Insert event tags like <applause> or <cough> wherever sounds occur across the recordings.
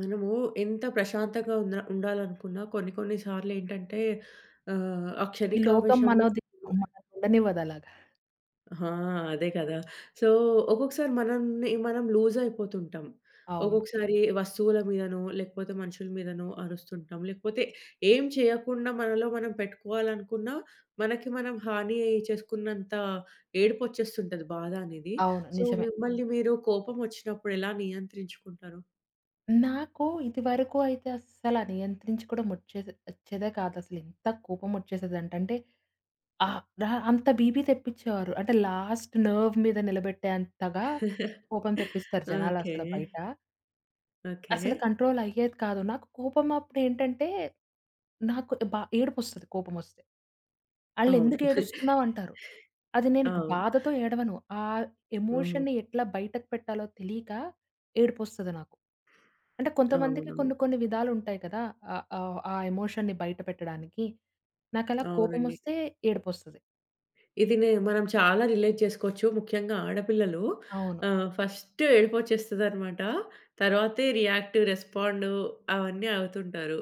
మనము ఎంత ప్రశాంతంగా ఉన్న ఉండాలనుకున్నా కొన్ని కొన్ని సార్లేంటంటే ఆ ఈ లోకం క్షణికావేశంలో. మనది మనల్ని ఉండనివ్వదలాగా. ఆ! అదే కదా! సో, ఒక్కొక్కసారి మనల్ని మనం లూజ్ అయిపోతుంటాం. అవును. ఒక్కొక్కసారి వస్తువుల మీదనో, లేకపోతే మనుషుల మీదనో అరుస్తుంటాం. లేకపోతే ఏం చేయకుండా మనలో మనం పెట్టుకోవాలనుకున్నా, మనకి మనం హాని చేసుకున్నంత ఏడుపొచ్చేస్తుంటది బాధ అనేది. అవును. సో, నిజమే. మిమ్మల్ని మీరు కోపమొచ్చినప్పుడు ఎలా నియంత్రించుకుంటారు? నాకు ఇదివరకు అయితే అస్సల నియంత్రించుకోవడం వచ్చేదే కాదు. అసలు ఎంత కోపం వచ్చేసేదంటే రా అంత బీపీ తెప్పించేవారు. అంటే లాస్ట్ నర్వ్ మీద నిలబెట్టేంతగా <laughs> కోపం తెప్పిస్తారు ఓకే. జనాలసల బయట. ఓకే. అసలు కంట్రోల్ అయ్యేది కాదు. నాకు కోపం అప్పుడేంటంటే, నాకు బా ఏడుపొస్తది కోపమొస్తే. అవును. ఆళ్ళెందుకు <laughs> ఏడుస్తున్నావు అంటారు. అది నేను అవును. బాధతో ఏడవను. ఆ హ్మ్. ఎమోషన్‌ని ఎట్లా బయటకు పెట్టాలో తెలియక ఏడుపొస్తది నాకు. అంటే కొంతమందికి అవునవును. కొన్ని కొన్ని విధాలుంటాయి కదా! ఆహ్, ఆహ్, ఆ ఎమోషన్‌ని బయట పెట్టడానికి. నాకలా అవునండి. కోపమొస్తే ఏడుపొస్తది. ఇది నే మనం చాలా రిలేట్ చేసుకోవచ్చు. ముఖ్యంగా ఆడపిల్లలు అవును. ఫస్ట్ ఏడుపొచ్చేస్తదనమాట. తర్వాతే రియాక్ట్, రెస్పాండు అవన్నీ అవుతుంటారు.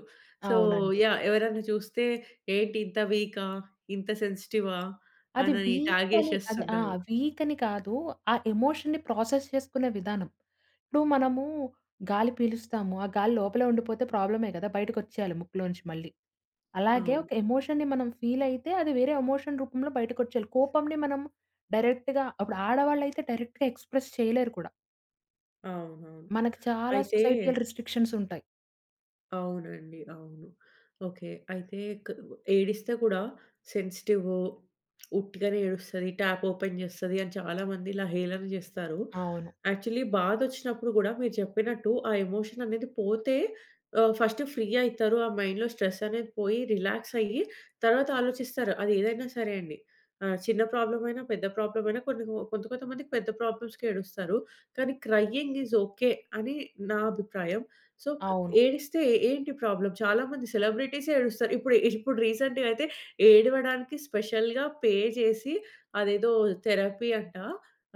సో, అవునండి. యాహ్! ఎవరైనా చూస్తే ఏంటి ఇంత వీకా? ఇంత సెన్సిటివా? అది అనని వీక్ అని అది ఆ! ట్యాగేసేస్తుంటారు. వీక్ అని కాదు. ఆ ఎమోషన్‌ని ప్రాసెస్ చేసుకునే విధానం. ఇప్పుడు మనము గాలి పీలుస్తాము. ఆ గాలి లోపలే ఉండిపోతే ప్రాబ్లమే కదా! బయటకొచ్చేయాలి ముక్కులోంచి మళ్ళీ. అలాగే అవును. ఒక ఎమోషన్‌ని మనం ఫీల్ అయితే అది వేరే ఎమోషన్ రూపంలో బయటకొచ్చేయాలి. కోపంని మనం ఇప్పుడు ఆడవాళ్ళైతే డైరెక్ట్‌గా ఎక్స్‌ప్రెస్ చేయలేరు కూడా. అవునవును. మనకు చాలా అయితే సొసైటియల్ రిస్ట్రిక్షన్స్ ఉంటాయి. అవునండి. అవును. ఓకే. అయితే క్ ఏడిస్తే కూడా సెన్సిటివు, ఉట్టిగానే ఏడుస్తది, ట్యాప్ ఓపెన్ చేస్తది అని చాలామంది ఇలా హేళన చేస్తారు. అవును. యాక్చువల్లీ బాధొచ్చినప్పుడు కూడా మీరు చెప్పినట్టు ఆ ఎమోషన్ అనేది పోతే ఫస్ట్ ఫ్రీ అయితారు. ఆ మైండ్‌లో స్ట్రెస్ అనేది పోయి రిలాక్స్ అయ్యి తర్వాత ఆలోచిస్తారు. అది ఏదైనా సరే అండి. చిన్న ప్రాబ్లమ్ అయినా, పెద్ద ప్రాబ్లమ్ అయినా కొంత కొంతమందికి పెద్ద ప్రాబ్లమ్స్‌కి ఏడుస్తారు. కానీ క్రయింగ్ ఈజ్ ఓకే అని నా అభిప్రాయం. సో, అవును. ఏడిస్తే ఏంటి ప్రాబ్లమ్? చాలామంది సెలబ్రిటీసే ఏడుస్తారు. ఇప్పుడు ఇప్పుడు రీసెంట్‌గా అయితే ఏడవడానికి స్పెషల్‌గా పే చేసి అదేదో థెరపీ అంట.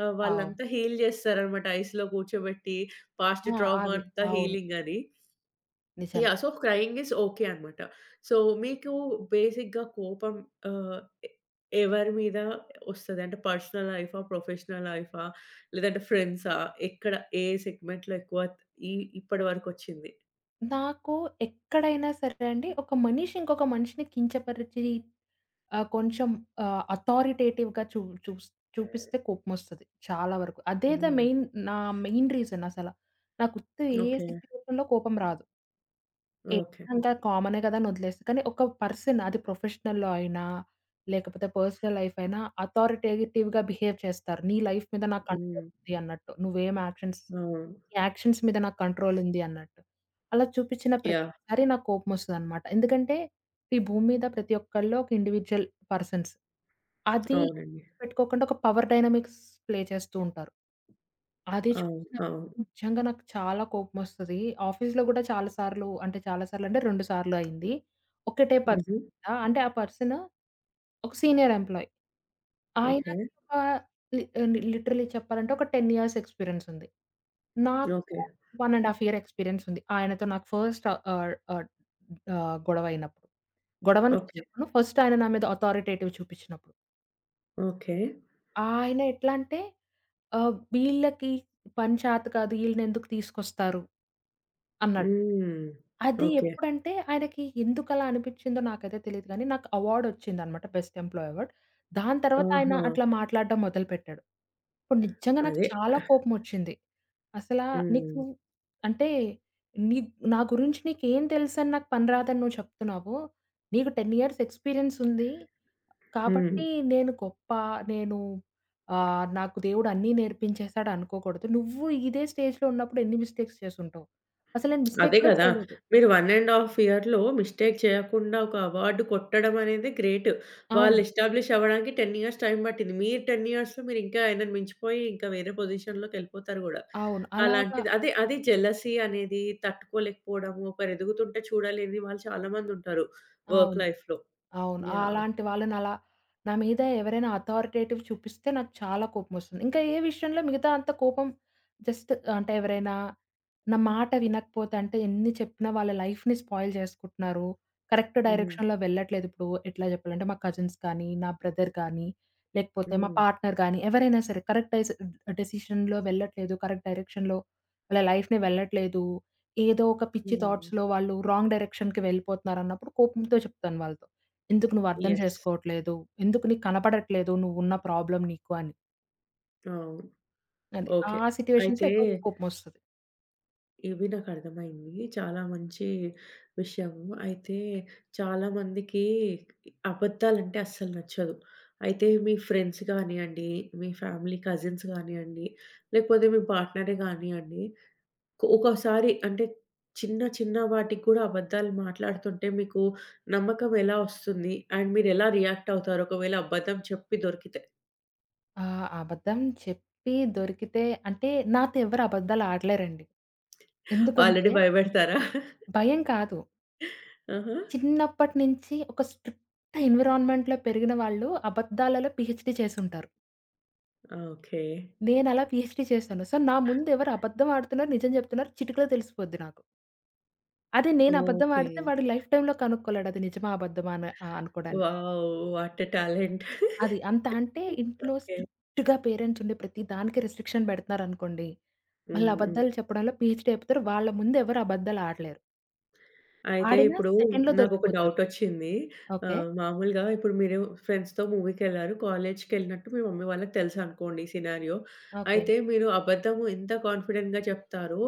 ఆహ్, అవును. వాళ్ళంతా హీల్ చేస్తారనమాట. ఐస్‌లో కూర్చోబెట్టి పాస్ట్ ఆ! ట్రామా అవి. అంతా అవును. హీలింగ్ అని. నిజమే. Yeah! So, crying is okay అనమాట. సో, మీకు బేసిక్‌గా కోపం ఆహ్, ఎ ఎవరి మీద వస్తది? అంటే పర్సనల్ లైఫా? ప్రొఫెషనల్ లైఫా? లేదంటే ఫ్రెండ్సా? ఎక్కడ ఏ సెగ్మెంట్‌లో ఎక్కువ ఈ ఇప్పటి వరకొచ్చింది? నాకు ఎక్కడైనా సరే అండి, ఒక మనిషి ఇంకొక మనిషిని కించపరిచి కొంచెం అథారిటేటివ్‌గా చూ చూస్ చూపిస్తే కోపమొస్తది చాలా వరకు. అదే ద హ్మ్. మెయిన్ నా మెయిన్ రీజన్ అసల. నాకు ఉత్త ఏ ఓకే. సిట్యుయేషన్‌లో కోపం రాదు. ఓకే. ఏదంతా కామనే కదా అని వదిలేస్తా. కానీ ఒక పర్సన్ అది ప్రొఫెషనల్‌లో అయినా, లేకపోతే పర్సనల్ లైఫ్ అయినా అథారిటేటివ్‌గా బిహేవ్ చేస్తారు. నీ లైఫ్ మీద నాకు కంట్రోల్ హ్మ్. ఉంది అన్నట్టు. నువ్వేం యాక్షన్స్ అవును. నీ యాక్షన్స్ మీద నాకు కంట్రోల్ ఉంది అన్నట్టు. అలా చూపించిన యాహ్! ప్రతిసారి నాకు కోపమొస్తదనమాట. ఎందుకంటే ఈ భూమి మీద ప్రతి ఒక్కళ్ళు ఒక ఇండివిడ్యువల్ పర్సన్స్. అది అవునండి. గుర్తుపెట్టుకోకుండా ఒక పవర్ డైనమిక్స్ ప్లే చేస్తూ ఉంటారు. అది అవును. అవును. చూసినప్పుడు నిజంగా నాకు చాలా కోపమొస్తది. ఆఫీస్‌లో గూడా చాలా సార్లు అంటే 2 సార్లు అయింది. ఒకటే పర్సన్ హుహు. మీద అంటే ఆ పర్సన్ ఒక సీనియర్ ఎంప్లాయీ. ఓకే. ఆయనకి ఒక లి లి లిటరల్లీ చెప్పాలంటే ఒక 10 ఇయర్స్ ఎక్స్‌పీరియన్స్ ఉంది. నాకు ఓకే. 1 ½ ఇయర్ ఎక్స్‌పీరియన్స్ ఉంది. ఆయనతో నాకు ఫస్ట్ ఆహ్, ఆహ్, ఆహ్, గొడవ అయినప్పుడు. గొడవని కూడా ఓకే. చెప్పను. ఫస్ట్ ఆయన నా మీద అథారిటేటివ్ చూపించినప్పుడు. ఓకే. ఆయన ఎట్లా అంటే వీళ్ళకి పని చేత కాదు, ఈళ్ళనెందుకు తీసుకొస్తారు అన్నట్టు. హ్మ్. అది ఓకే. ఎప్పుడంటే ఆయనకి ఎందుకలా అనిపిచ్చిందో నాకైతే తెలీదు గానీ, నాకు అవార్డొచ్చిందనమాట. Best employee award. దాని తర్వాత ఆయన ఆహా! అట్లా మాట్లాడడం మొదలుపెట్టాడు. ఇప్పుడు నిజంగా నాకు అదే. చాలా కోపమొచ్చింది. అసలా హ్మ్. నీకు అంటే నీ నా గురించి నీకేం తెలుసని నాకు పని రాదని నువ్వు చెప్తున్నావు. నీకు 10 ఇయర్స్ ఎక్స్‌పీరియన్స్ ఉంది. హ్మ్. కాబట్టి నేను గొప్ప, నేను నాకు దేవుడు అన్నీ నేర్పించేసాడు అనుకోకూడదు. నువ్వు ఇదే స్టేజ్‌లో ఉన్నప్పుడు ఎన్ని మిస్టేక్స్ చేసుంటావు. అసలు నేను మిస్టేక్ అదే కూడా కదా! చేయలేదు. మీరు 1 ½ ఇయర్‌లో మిస్టేక్ చేయకుండా ఒక అవార్డ్ కొట్టడం అనేది గ్రేట్. వాళ్ళు అవును. ఎస్టాబ్లిష్ అవ్వడానికి 10 ఇయర్స్ టైమ్ పట్టింది. 10 ఇయర్స్‌లో మీరు ఇంకా ఆయనని మించిపోయి ఇంకా వేరే పొజిషన్‌లోకెళ్ళిపోతారు గూడా. అవును. అలాగా అలాంటిది అది జెలసీ అనేది తట్టుకోలేకపోవడము, ఒకరు ఎదుగుతుంటే చూడలేని వాళ్ళు చాలామందుంటారు వర్క్ అవును. లైఫ్‌లో. అవును. యాహ్! అలాంటి వాళ్ళనలా నా మీద ఎవరైనా అథారిటేటివ్ చూపిస్తే నాకు చాలా కోపమొస్తుంది. ఇంకా ఏ విషయంలో మిగతా అంత కోపం జస్ట్ అంటే ఎవరైనా నా మాట వినకపోతే అంటే ఎన్ని చెప్పినా వాళ్ళ లైఫ్‌ని స్పాయిల్ చేసుకుంటున్నారు. కరెక్ట్ హ్మ్. డైరెక్షన్‌లో వెళ్ళట్లేదు. ఇప్పుడు ఎట్లా చెప్పాలంటే మా కజిన్స్ కానీ, నా బ్రదర్ కానీ, లేకపోతే మా హ్మ్. పార్ట్నర్ గానీ ఎవరైనా సరే కరెక్ట్ డెసిషన్‌లో వెళ్ళట్లేదు. కరెక్ట్ డైరెక్షన్‌లో వాళ్ళ లైఫ్‌ని వెళ్ళట్లేదు. ఏదో ఒక పిచ్చి హ్మ్. థాట్స్‌లో వాళ్ళు రాంగ్ డైరెక్షన్‌కి వెళ్ళిపోతున్నారన్నప్పుడు కోపంతో చెప్తాను వాళ్ళతో. ఎందుకు నువ్వర్థం యెస్. చేసుకోవట్లేదు? ఎందుకు నీకు కనపడట్లేదు నువ్వున్న ప్రాబ్లమ్ నీకు అని. అవును. అది. ఆ ఓకే. సిట్యుయేషన్స్‌లో అయితే ఎక్కువ కోపమొస్తది. ఇవి నాకర్థమైంది. చాలా మంచి విషయము. అయితే చాలామందికి అబద్ధాలంటే అస్సలు నచ్చదు. అయితే మీ ఫ్రెండ్స్ గానియండి, మీ ఫ్యామిలీ కజిన్స్ గానియండి, లేకపోతే మీ పార్ట్నరే గానియండి, ఒకోసారి అంటే చిన్న చిన్న వాటికి గూడా అబద్ధాలు మాట్లాడుతుంటే మీకు నమ్మకం ఎలా ఒస్తుంది? అండ్ మీరెలా రియాక్ట్ అవుతారు? ఒకవేళ అబద్ధం చెప్పి దొరికితే ఆ! అబద్ధం చెప్పి దొరికితే అంటే నాతో ఎవరు అబద్దాలు ఆడలేరండి. ఎందుకంటే ఆల్రెడీ భయపెడతారా? <laughs> భయం కాదు. ఆహా! చిన్నప్పటి నుంచి ఒక స్ట్రిక్ట్ ఎన్విరాన్మెంట్‌లో పెరిగిన వాళ్ళు అబద్దాలలో పీహెచ్‌డీ చేసుంటారు. ఆ! ఓకే. నేనలా పీహెచ్‌డీ చేశాను. సో, నా ముందు ఎవరు అబద్ధం ఆడుతున్నారు, నిజం చెప్తున్నారు చిటికలో తెలిసిపోద్ది నాకు. అదే నేను అబద్ధం ఓకే. ఆడితే వాడు లైఫ్ టైమ్‌లో కనుక్కోలేడు అది నిజమా? అబద్ధమా? అని అనుకోడానికి. వావ్! What a talent. అది. అంత అంటే హ్మ్. ఇంట్లో ఓకే. స్ట్రిక్ట్‌గా పేరెంట్స్ ఉండి ప్రతి దానికి రిస్ట్రిక్షన్ పెడుతున్నారనుకోండి. హ్మ్. వాళ్ళు హ్మ్. అబద్ధాలు చెప్పడంలో పీచు లేపుతారు. వాళ్ళ ముందు ఎవరు అబద్ధాలు ఆడలేరు. అయితే ఆడినా ఇప్పుడు సెకండ్‌లో నాకొక దొరికిపోతారు. డౌటొచ్చింది. ఓకే. మామూలుగా ఇప్పుడు మీరు ఫ్రెండ్స్‌తో మూవీకెళ్లారు. కాలేజ్‌కెళ్ళినట్టు మీ మమ్మీ వాళ్ళకి తెలుసనుకోండి ఈ సినారియో. ఓకే. అయితే మీరు అబద్ధం ఎంత కాన్ఫిడెంట్‌గా చెప్తారో,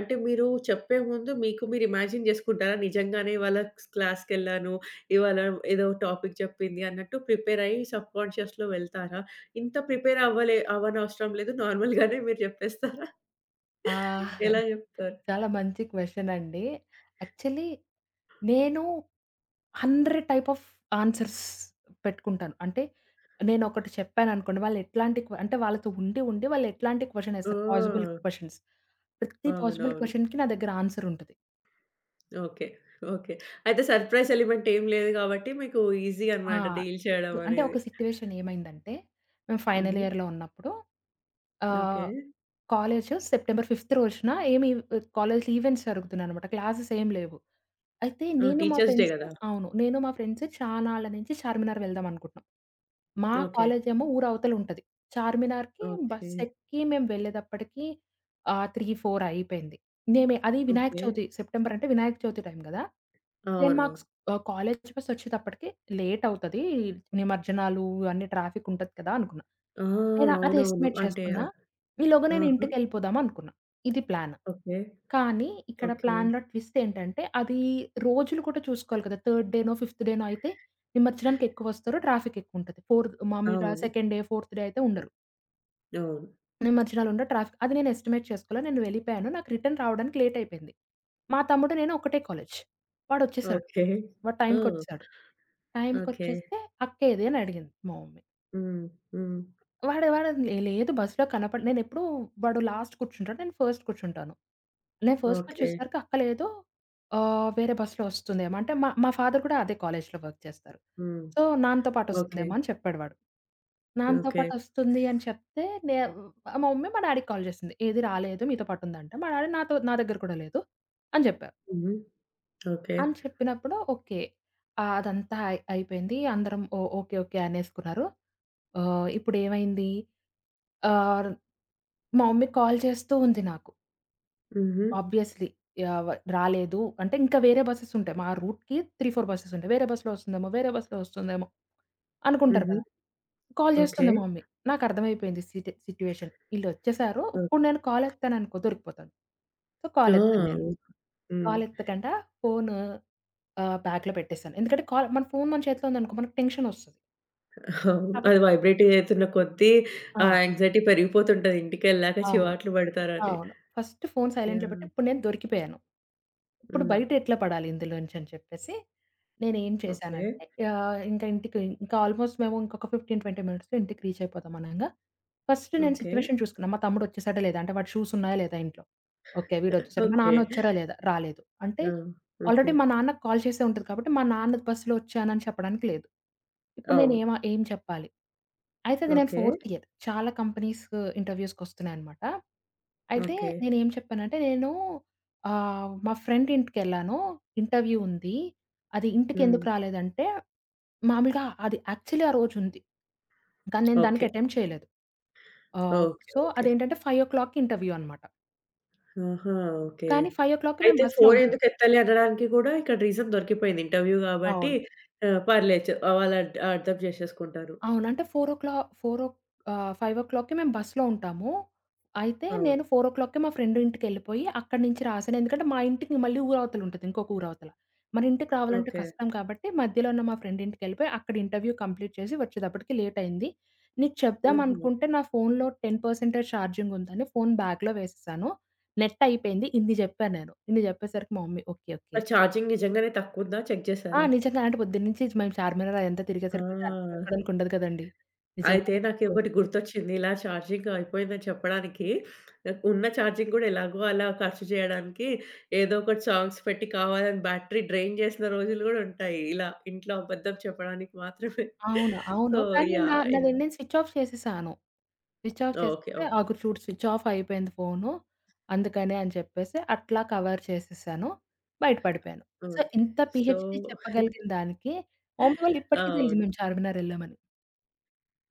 అంటే మీరు చెప్పే ముందు మీకు మీరు ఇమాజిన్ జేసుకుంటారా? నిజంగానే ఇవాళ క్లాస్‌కెళ్ళాను, ఇవాళ ఏదో టాపిక్ చెప్పింది అన్నట్టు ప్రిపేరయ్యి సబ్‌కాన్షియస్‌లో వెళ్తారా? ఇంత ప్రిపేర్ అవ్వనవసరం లేదు. నార్మల్‌గానే మీరు జెప్పేస్తారా? ఆ! ఎలా జెప్తారు? చాలా మంచి క్వెషన్ అండి. యాక్చువల్లీ నేను 100 టైప్ ఆఫ్ ఆన్సర్స్ పెట్టుకుంటాను. అంటే నేనొకటి చెప్పాననుకోండి వాళ్ళు ఎట్లాంటి అంటే వాళ్ళతో ఉండి, వాళ్ళు ఎట్లాంటి క్వెషన్ ఏస్తారు పాజిబుల్ ఆ! క్వెషన్స్. ప్రతి పాజిబుల్ అవునవును. క్వెషన్‌కి నా దగ్గర ఆన్సర్ ఉంటది. ఓకే. ఓకే. అయితే సర్‌ప్రైజ్ ఎలిమెంట్ ఏం లేదు గాబట్టి, మీకు ఈజీ ఆ! అనమాట డీల్ చేయడం ఇప్పుడు అంటే అనేది. ఒక సిట్యుయేషన్ ఏమైందంటే, మేము ఫైనల్ హుహు. ఇయర్‌లో ఉన్నప్పుడు ఓకే. ఆహ్, కాలేజు సెప్టెంబర్ 5 రోజున ఏమి కాలేజ్‌లో ఈవెంట్స్ జరుగుతున్నాయనమాట. క్లాసెస్ ఏం లేవు. అయితే ఆ! నేను మా టీచర్స్ డే ఫ్రెండ్స్ గదా! అవును. నేను మా ఫ్రెండ్స్ చానాళ్ళ నుంచి చార్మినార్ వెళ్దాం అనుకుంటున్నాం. మా ఓకే. కాలేజేమో ఊరు అవతలుంటది. చార్మినార్‌కి ఓకే. బస్సెక్కి మేము వెళ్ళేదప్పటికి 3, 4 అయిపోయింది. మేమే అది వినాయక ఓకే. చవితి సెప్టెంబర్ అంటే వినాయక చవితి టైం గదా! దెన్ అవునవును. మాకు స్ కాలేజ్ బస్ వచ్చేటప్పటికి లేట్ అవుతది. నిమజ్జనాలు ఇవన్నీ ట్రాఫిక్ ఉంటది కదా! అనుకున్నా. ఆ! నేను అది అవునవును. ఎస్టిమేట్ అంటే చేసుకున్నా. ఈలోగా నేను ఆహా! ఇంటికెళ్ళిపోదాం అనుకున్నా. ఇది ప్లాన్. ఓకే. కానీ ఇక్కడ ఓకే. ప్లాన్‌లో ట్విస్ట్ ఏంటంటే, అది రోజులు కూడా చూసుకోవాలి కదా! థర్డ్ డేనో, ఫిఫ్త్ డేనో అయితే నిమజ్జనానికి ఎక్కువొస్తారు. ట్రాఫిక్ ఎక్కువుంటది. ఫోర్త్ మామూలుగా అవును. సెకండ్ డే, ఫోర్త్ డే అయితే ఉండరు. అవును. నిమజ్జనాలుండవు. ట్రాఫిక్ అది నేను ఎస్టిమేట్ చేసుకోలే. నేను వెళ్ళిపోయాను. నాకు రిటర్న్ రావడానికి లేట్ అయిపోయింది. మా తమ్ముడు, నేను ఒకటే కాలేజ్. వాడొచ్చేసాడు. ఓకే. వాడు ఓహ్! టైమ్‌కొచ్చేసాడు. ఓకే. టైమ్‌కొచ్చేస్తే "అక్కేది?" అని అడిగింది మా మమ్మీ. హ్మ్. హ్మ్. వాడు వాడు లేదు బస్‌లో కనపడ నేనెప్పుడూ వాడు లాస్ట్ కూర్చుంటాడు. నేను ఫస్ట్ కూర్చుంటాను. నేను ఫస్ట్‌లో ఓకే. చూసేసరికి అక్క లేదు. వేరే బస్‌లో వస్తుందేమో అంటే మా మా ఫాదర్ కూడా అదే కాలేజ్‌లో వర్క్ చేస్తారు. హ్మ్. సో, నాన్నతో ఓకే. పాటొస్తుందేమో అని చెప్పాడు వాడు. నాన్నతో ఓకే. పాటొస్తుంది అని చెప్తే నే మా మమ్మీ మా డాడీకి కాల్ చేసింది. ఏది రాలేదు మీతో పాటుందంటే మా డాడీ నాతో నా దగ్గర కూడా లేదు అని చెప్పారు. హుహు. ఓకే. అని చెప్పినప్పుడు ఓకే. అదంతా అయిపోయింది. అందరం ఓకే. ఓకే. అనేసుకున్నారు. ఇప్పుడేమైంది ఆహ్, మా మమ్మీ కాల్ చేస్తూ ఉంది నాకు. హుహు. ఆబ్వియస్‌లీ యావ రాలేదు అంటే ఇంకా వేరే బసెస్ ఉంటాయి. మా రూట్‌కి 3, 4 బసెస్ ఉంటాయి. వేరే బస్‌లో వస్తుందేమో, వేరే బస్‌లో వస్తుందేమో అనుకుంటారు హుహు. కదా! Call okay. చేస్తుంది మా మమ్మీ. నాకు అర్థమైపోయింది సిట్యుయేషన్. ఈళ్ళొచ్చేసారు. ఓహ్! ఇప్పుడు నేను కాల్ ఎత్తాననుకో దొరికిపోతాను. సో, ఆ! కాల్ ఎత్తాను నేను. హ్మ్. కాల్ ఎత్తకుండా ఫోను బ్యాగ్‌లో పెట్టేసాను. ఎందుకంటే మన ఫోన్ మన చేతిలో ఉందనుకో మనకు టెన్షన్ వస్తది. అవును. కాబట్టి అది వైబ్రేటింగ్ అయితున్న కొద్దీ ఆ! ఆ యాంగ్జైటీ పెరిగిపోతుంటది ఇంటికెళ్ళాక అవును. చివాట్లు పడతారని. అవును. ఫస్ట్ ఫోన్ సైలెంట్‌లో పెట్టి యాహ్! ఇప్పుడు నేను దొరికిపోయాను. ఇప్పుడు హ్మ్. బయట ఎట్లా పడాలి ఇందులోంచి అని చెప్పేసి నేనేం ఓకే. చేశానంటే ఆహ్, ఇంకా ఇంటికి ఇంకా ఆల్‌మోస్ట్ మేము ఇంకొక 15, 20 మినిట్స్‌లో ఇంటికి రీచ్ అయిపోతాం అనంగా ఫస్ట్ నేను ఓకే. సిట్యుయేషన్ చూసుకున్నా. మా తమ్ముడు వచ్చేసాడా లేదా? అంటే వాడి షూస్ ఉన్నాయా లేదా ఇంట్లో? ఓకే. వీడొచ్చేసాడు. మా ఓకే. నాన్న వచ్చారా లేదా? రాలేదు. అంటే ఆ! ఓకే. ఆల్రెడీ మా నాన్నకి కాల్ చేసే ఉంటది కాబట్టి మా నాన్న బస్సులో వచ్చానని చెప్పడానికి లేదు. ఇప్పుడు నేను అవును. ఏం చెప్పాలి? అయితే అది నేను ఓకే. Fourth year. చాలా కంపెనీస్ ఇంటర్‌వ్యూస్‌కొస్తున్నాయనమాట. అయితే ఓకే. నేనేం చెప్పానంటే నేను మా ఫ్రెండ్ ఇంటికెళ్ళాను. ఇంటర్వ్యూ ఉంది. అది హ్మ్. ఇంటికెందుకు రాలేదంటే, మామూలుగా అది యాక్చువల్లీ ఆ రోజుంది. కానీ నేను దానికి ఓకే. అటెంప్ట్ చేయలేదు. ఆహ్, ఓకే. So, okay. అదేంటంటే 5:00కి ఇంటర్వ్యూ అనమాట. ఆహా! ఓకే. కానీ 5:00కి మేము అయితే బస్‌లో ఫోను ఉంటాం. ఎందుకు ఎత్తాలి అనడానికి గూడా ఇక్కడ రీజన్ దొరికిపోయింది. ఇంటర్వ్యూ గాబట్టి అవును. పర్లేదు వాళ్ళు అర్థం చేసేసుకుంటారు. అవును. అంటే 4:00 4 5:00కి మేము బస్‌లో ఉంటాము. అయితే నేను అవును. 4:00కి మా ఫ్రెండ్ ఇంటికెళ్ళిపోయి అక్కడి నుంచి రాశాను. ఎందుకంటే మా ఇంటికి మళ్ళీ ఊరవతల ఉంటది. ఇంకొక ఊరవతల. మన ఇంటికి రావాలంటే ఓకే. కష్టం కాబట్టి మధ్యలో ఉన్న మా ఫ్రెండ్ ఇంటికెళ్ళిపోయి అక్కడ ఇంటర్వ్యూ కంప్లీట్ చేసి వచ్చేటప్పటికి లేట్ అయింది. నీకు చెప్దాం ఆహా! అనుకుంటే నా ఫోన్‌లో 10% ఛార్జింగ్ ఉందని ఫోన్ బ్యాగ్‌లో వేసేసాను. నెట్ అయిపోయింది. ఇన్ని జెప్పాను నేను. ఇన్ని జెప్పేసరికి మా మమ్మీ ఓకే. ఓకే. మరి ఛార్జింగ్ నిజంగానే తక్కువుందా చెక్ ఆ! చేసారా? నిజంగా అంటే పొద్దున్నుంచి మేము చార్మినార్ అదంతా ఆ! తిరిగేసరికి ఛార్జింగ్ పెట్టుకోవడానికి ఉండదు కదండీ. అయితే నిజంగానే తక్కువ నాకొకటి గుర్తొచ్చింది. ఇలా ఛార్జింగ్ అయిపోయిందని చెప్పడానికి నాకు ఉన్న ఛార్జింగ్ గూడా ఎలాగో అలా ఖర్చు జేయడానికి ఏదో ఒకటి సాంగ్స్ పెట్టి కావాలని బ్యాటరీ డ్రైన్ జేసిన రోజులు గూడా ఉంటాయి. ఇలా ఇంట్లో అబద్ధం చెప్పడానికి మాత్రమే. అవును. అవును. సో కానీ యాహ్! నాదండి యాహ్! నేను స్విచ్ ఆఫ్ చేసేసాను. Switch off okay. చేసేస్తే ఓకే. ఆగు చూడు స్విచ్ ఆఫ్ అయిపోయింది ఫోను. అందుకనే అని చెప్పేసి అట్లా కవర్ చేసేసాను. బయట పడిపోయాను. సో, హ్మ్. ఇంత సో పీహెచ్‌డీ చెప్పగలిగిన దానికి మా మమ్మీ వాళ్ళకి ఇప్పటికి తెలీదు అవును. మేము చార్మినార్ ఎళ్ళామని.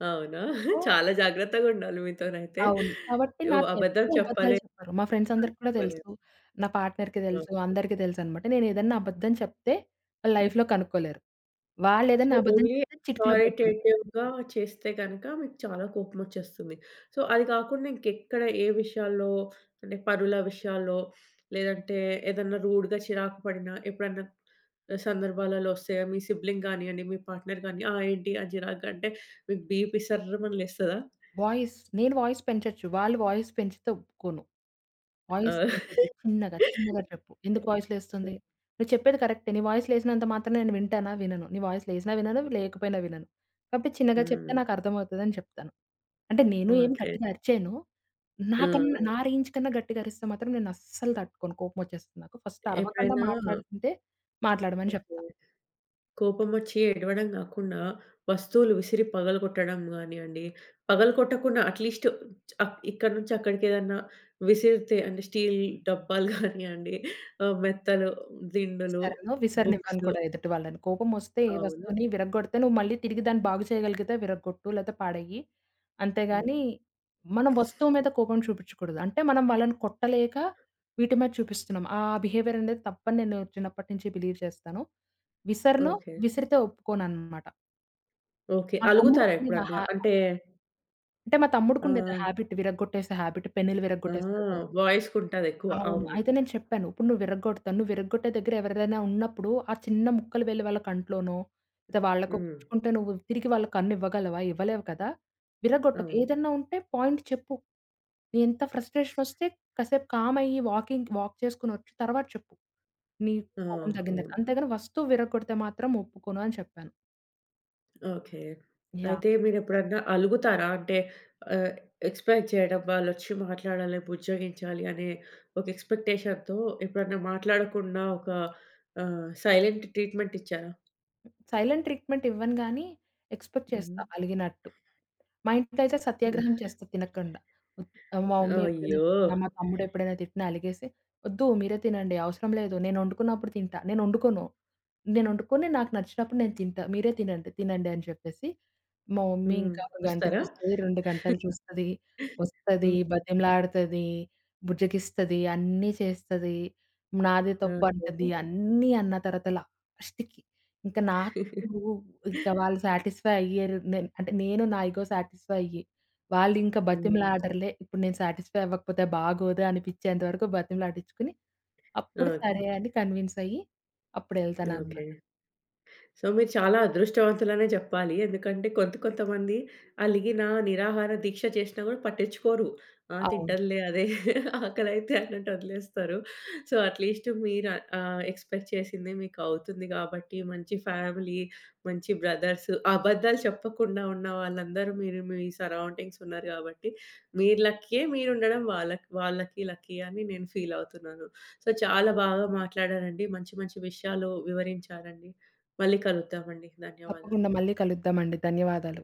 అవునా? సో చాలా జాగ్రత్తగుండాలి మీతోనైతే. అవును. కాబట్టి ఓహ్! నాతో అబద్ధం ఎవ్వరు అబద్ధాలు చెప్పలేదు, చెప్పరు. మా ఫ్రెండ్స్ అందరికి కూడా తెలుసు. కనుక్కోలేదు. నా పార్ట్నర్‌కి తెలుసు. ఓకే. అందరికీ తెలుసనమాట. నేనేదన్నా అబద్ధం చెప్తే వాళ్ళు లైఫ్‌లో కనుక్కోలేరు. సో, వాళ్ళేదన్నా అబద్ధం ఓన్లీ చెప్తే చిటికలో బయటపడిపోతారు. అథారిటేటివ్‌గా చేస్తే గనక మీకు చాలా కోపమొచ్చేస్తుంది. సో, అది కాకుండా ఇంకెక్కడ ఏ విషయాల్లో అంటే పనుల విషయాల్లో, లేదంటే ఏదన్నా రూడ్‌గా చిరాకు పడినా ఎప్పుడన్నా సందర్భాలలో వస్తాయా? మీ సిబ్లింగ్ గానియండి, మీ పార్ట్నర్ గాని "ఆ! ఏంటి ఆ చిరాగ్గా" అంటే మీకు బీపీ సర్రుమని లేస్తదా? నేను వాయిస్ పెంచొచ్చు. వాళ్ళు వాయిస్ పెంచితే ఒప్పుకోను. వాయిస్ ఆ! పెంచొద్దు. చిన్నగా, <laughs> చిన్నగా చెప్పు. ఓకే. ఎందుకు వాయిస్ లేస్తుంది? నువ్వు చెప్పేది కరెక్టే. నీ వాయిస్ లేసినంత మాత్రాన నేను వింటానా? వినను. నీ వాయిస్ లేసినా వినను, లేకపోయినా వినను. కాబట్టి చిన్నగా చెప్తే హ్మ్. నాకు అర్థమవుతదని చెప్తాను. అంటే నేను ఏమి ఓకే. గట్టిగా అరిచేయను. ఆ! నాకన్నా నా రేంజ్ కన్నా గట్టిగా అరిస్తే మాత్రం నేనస్సలు తట్టుకోను. కోపమొచ్చేస్తుంది నాకు. ఫస్ట్ అరవకుండా ఎప్పుడైనా మాట్లాడుతుంటే మాట్లాడమని ఓకే. చెప్తా. కోపమొచ్చి ఏడవడం గాకుండా, వస్తువులు విసిరి పగలగొట్టడం గానియండి, పగలగొట్టకుండా అట్‌లీస్ట్ ఇక్కడ నుంచి అక్కడికేదన్నా విసిరితే అంటే స్టీల్ డబ్బాలు గానియండి, ఆహ్, మెత్తలు, దిండులు, విసరను. బుక్స్ విసరనివ్వను కూడా ఎదుటి వాళ్ళని. కోపమొస్తే ఏ అవునా? వస్తువుని విరగ్గొడితే నువ్వు మళ్ళీ తిరిగి దాన్ని బాగు చేయగలిగితే విరగ్గొట్టు లేతే పాడెయ్యి. హ్మ్. అంతేగాని మనం వస్తువు మీద కోపం చూపిచ్చకూడదు. అంటే మనం వాళ్ళని కొట్టలేక వీటి మీద చూపిస్తున్నాం. ఆ బిహేవియర్ అనేది తప్పని నేను చిన్నప్పటి నుంచి బిలీవ్ చేస్తాను. విసరను. ఓకే. విసిరితే ఒప్పుకోననమాట. ఓకే. మా అలుగుతారా తమ్ముడికుండేది ఆ ఎప్పుడన్నా? హ్యా అంటే అంటే మా తమ్ముడికుండేది ఆ ఆహ్, హాబిట్ విరగ్గొట్టేసే హాబిట్. పెన్నులు ఆ! విరగ్గొట్టేస్తాడు. వాయిస్‌కుంటదెక్కువ. అవును. అవును. అయితే నేను చెప్పాను. ఇప్పుడు నువ్వు విరగ్గొడతాను. నువ్వు విరగ్గొట్టే దగ్గర ఎవరైనా ఉన్నప్పుడు ఆ చిన్న ముక్కలు వెళ్ళి వాళ్ళ కంట్లోనో, లేదా వాళ్ళకో హ్మ్. గుచ్చుకుంటే నువ్వు తిరిగి వాళ్ళ కన్ను ఇవ్వగలవా? ఇవ్వలేవు కదా! విరగ్గొట్టకు. అవును. ఏదన్నా ఉంటే పాయింట్ చెప్పు. నీ ఎంత ఫ్రస్ట్రేషనొస్తే కాసేపు కామ్ అయ్యి వాక్ చేసుకొని వచ్చి తర్వాత చెప్పు. నీ ఆ! కోపం తగ్గిన అవును. తర్వాత. ఆహా. అంతేగాని వస్తువు విరగ్గొడితే మాత్రం ఒప్పుకోను అని చెప్పాను. ఓకే. యాహ్! అయితే మీరెప్పుడన్నా అలుగుతారా? అంటే ఆహ్, ఎక్స్‌పెక్ట్ చేయడం వాళ్ళొచ్చి మాట్లాడాలి, బుజ్జగించాలి అనే ఒక ఎక్స్‌పెక్టేషన్‌తో ఎప్పుడన్నా మాట్లాడకుండా ఒక సైలెంట్ ట్రీట్‌మెంట్ ఇచ్చారా? సైలెంట్ ట్రీట్‌మెంట్ ఇవ్వను గానీ, ఎక్స్‌పెక్ట్ చేస్తా హ్మ్. అలిగినట్టు. మా ఇంట్లో అయితే సత్యాగ్రహం చేస్తా తినకుండా. ఒద్ మా మమ్మీ ఎప్పుడైనా అయ్యో! తిట్టినా, మా తమ్ముడు ఎప్పుడైనా తిట్టినా అలిగేసి, "వద్దు మీరే తినండి అవసరం లేదు. నేను వండుకున్నప్పుడు తింటా. నేను వండుకోను. నేను వండుకొని నాకు నచ్చినప్పుడు నేను తింటా. మీరే తినండి, తినండి" అని చెప్పేసి, మా మమ్మీ హ్మ్. ఇంకా ఒక గంట వస్తారా? చేస్తది, 2 గంటలు చూస్తది, వస్తది, హ్మ్. బతిమలాడుతది, బుజ్జగిస్తది, అన్నీ చేస్తది. నాదే తప్పు అంటది. ఓకే. అన్నీ అన్న తర్వాత లాస్ట్‌కి ఇంక నా <laughs> నువ్వు ఇంకా వాళ్ళు సాటిస్ఫై అయ్యారు. నేను అంటే నేను నా ఇగో సాటిస్ఫై అయ్యి, వాళ్ళింకా హ్మ్. బతిమలాడరులే. ఇప్పుడు నేను సాటిస్ఫై అవ్వకపోతే బాగోదు అనిపిచ్చేంత వరకు బతిమలాడించుకొని, అప్పుడు ఓకే. సరే అని కన్విన్స్ అయ్యి ఓకే. అప్పుడెళ్తాననమాట. సో, మీరు చాలా అదృష్టవంతులనే జెప్పాలి. ఎందుకంటే కొంతమంది అలిగిన, నిరాహార దీక్ష చేసినా గూడా పట్టించుకోరు. ఆ! అవును. తింటదిలే అదే <laughs> ఆకలైతే అన్నట్టు వదిలేస్తారు. సో, అట్‌లీస్ట్ మీరు ఎక్స్‌పెక్ట్ చేసింది మీకు అవుతుంది గాబట్టి, మంచి ఫ్యామిలీ, మంచి బ్రదర్స్, అబద్ధాలు చెప్పకుండా ఉన్న వాళ్ళందరూ మీరు మీ సరౌండింగ్స్ ఉన్నారు గాబట్టి, మీరు లక్కీయే మీరుండడం వాళ్ళకి వాళ్ళకి లక్కీ అని నేను ఫీల్ అవుతున్నాను. సో, చాలా బాగా మాట్లాడారండి. మంచి మంచి విషయాలు వివరించారండి. మళ్ళీ కలుద్దామండి. ధన్యవాదాలు. తప్పకుండా మళ్ళీ కలుద్దామండి. ధన్యవాదాలు.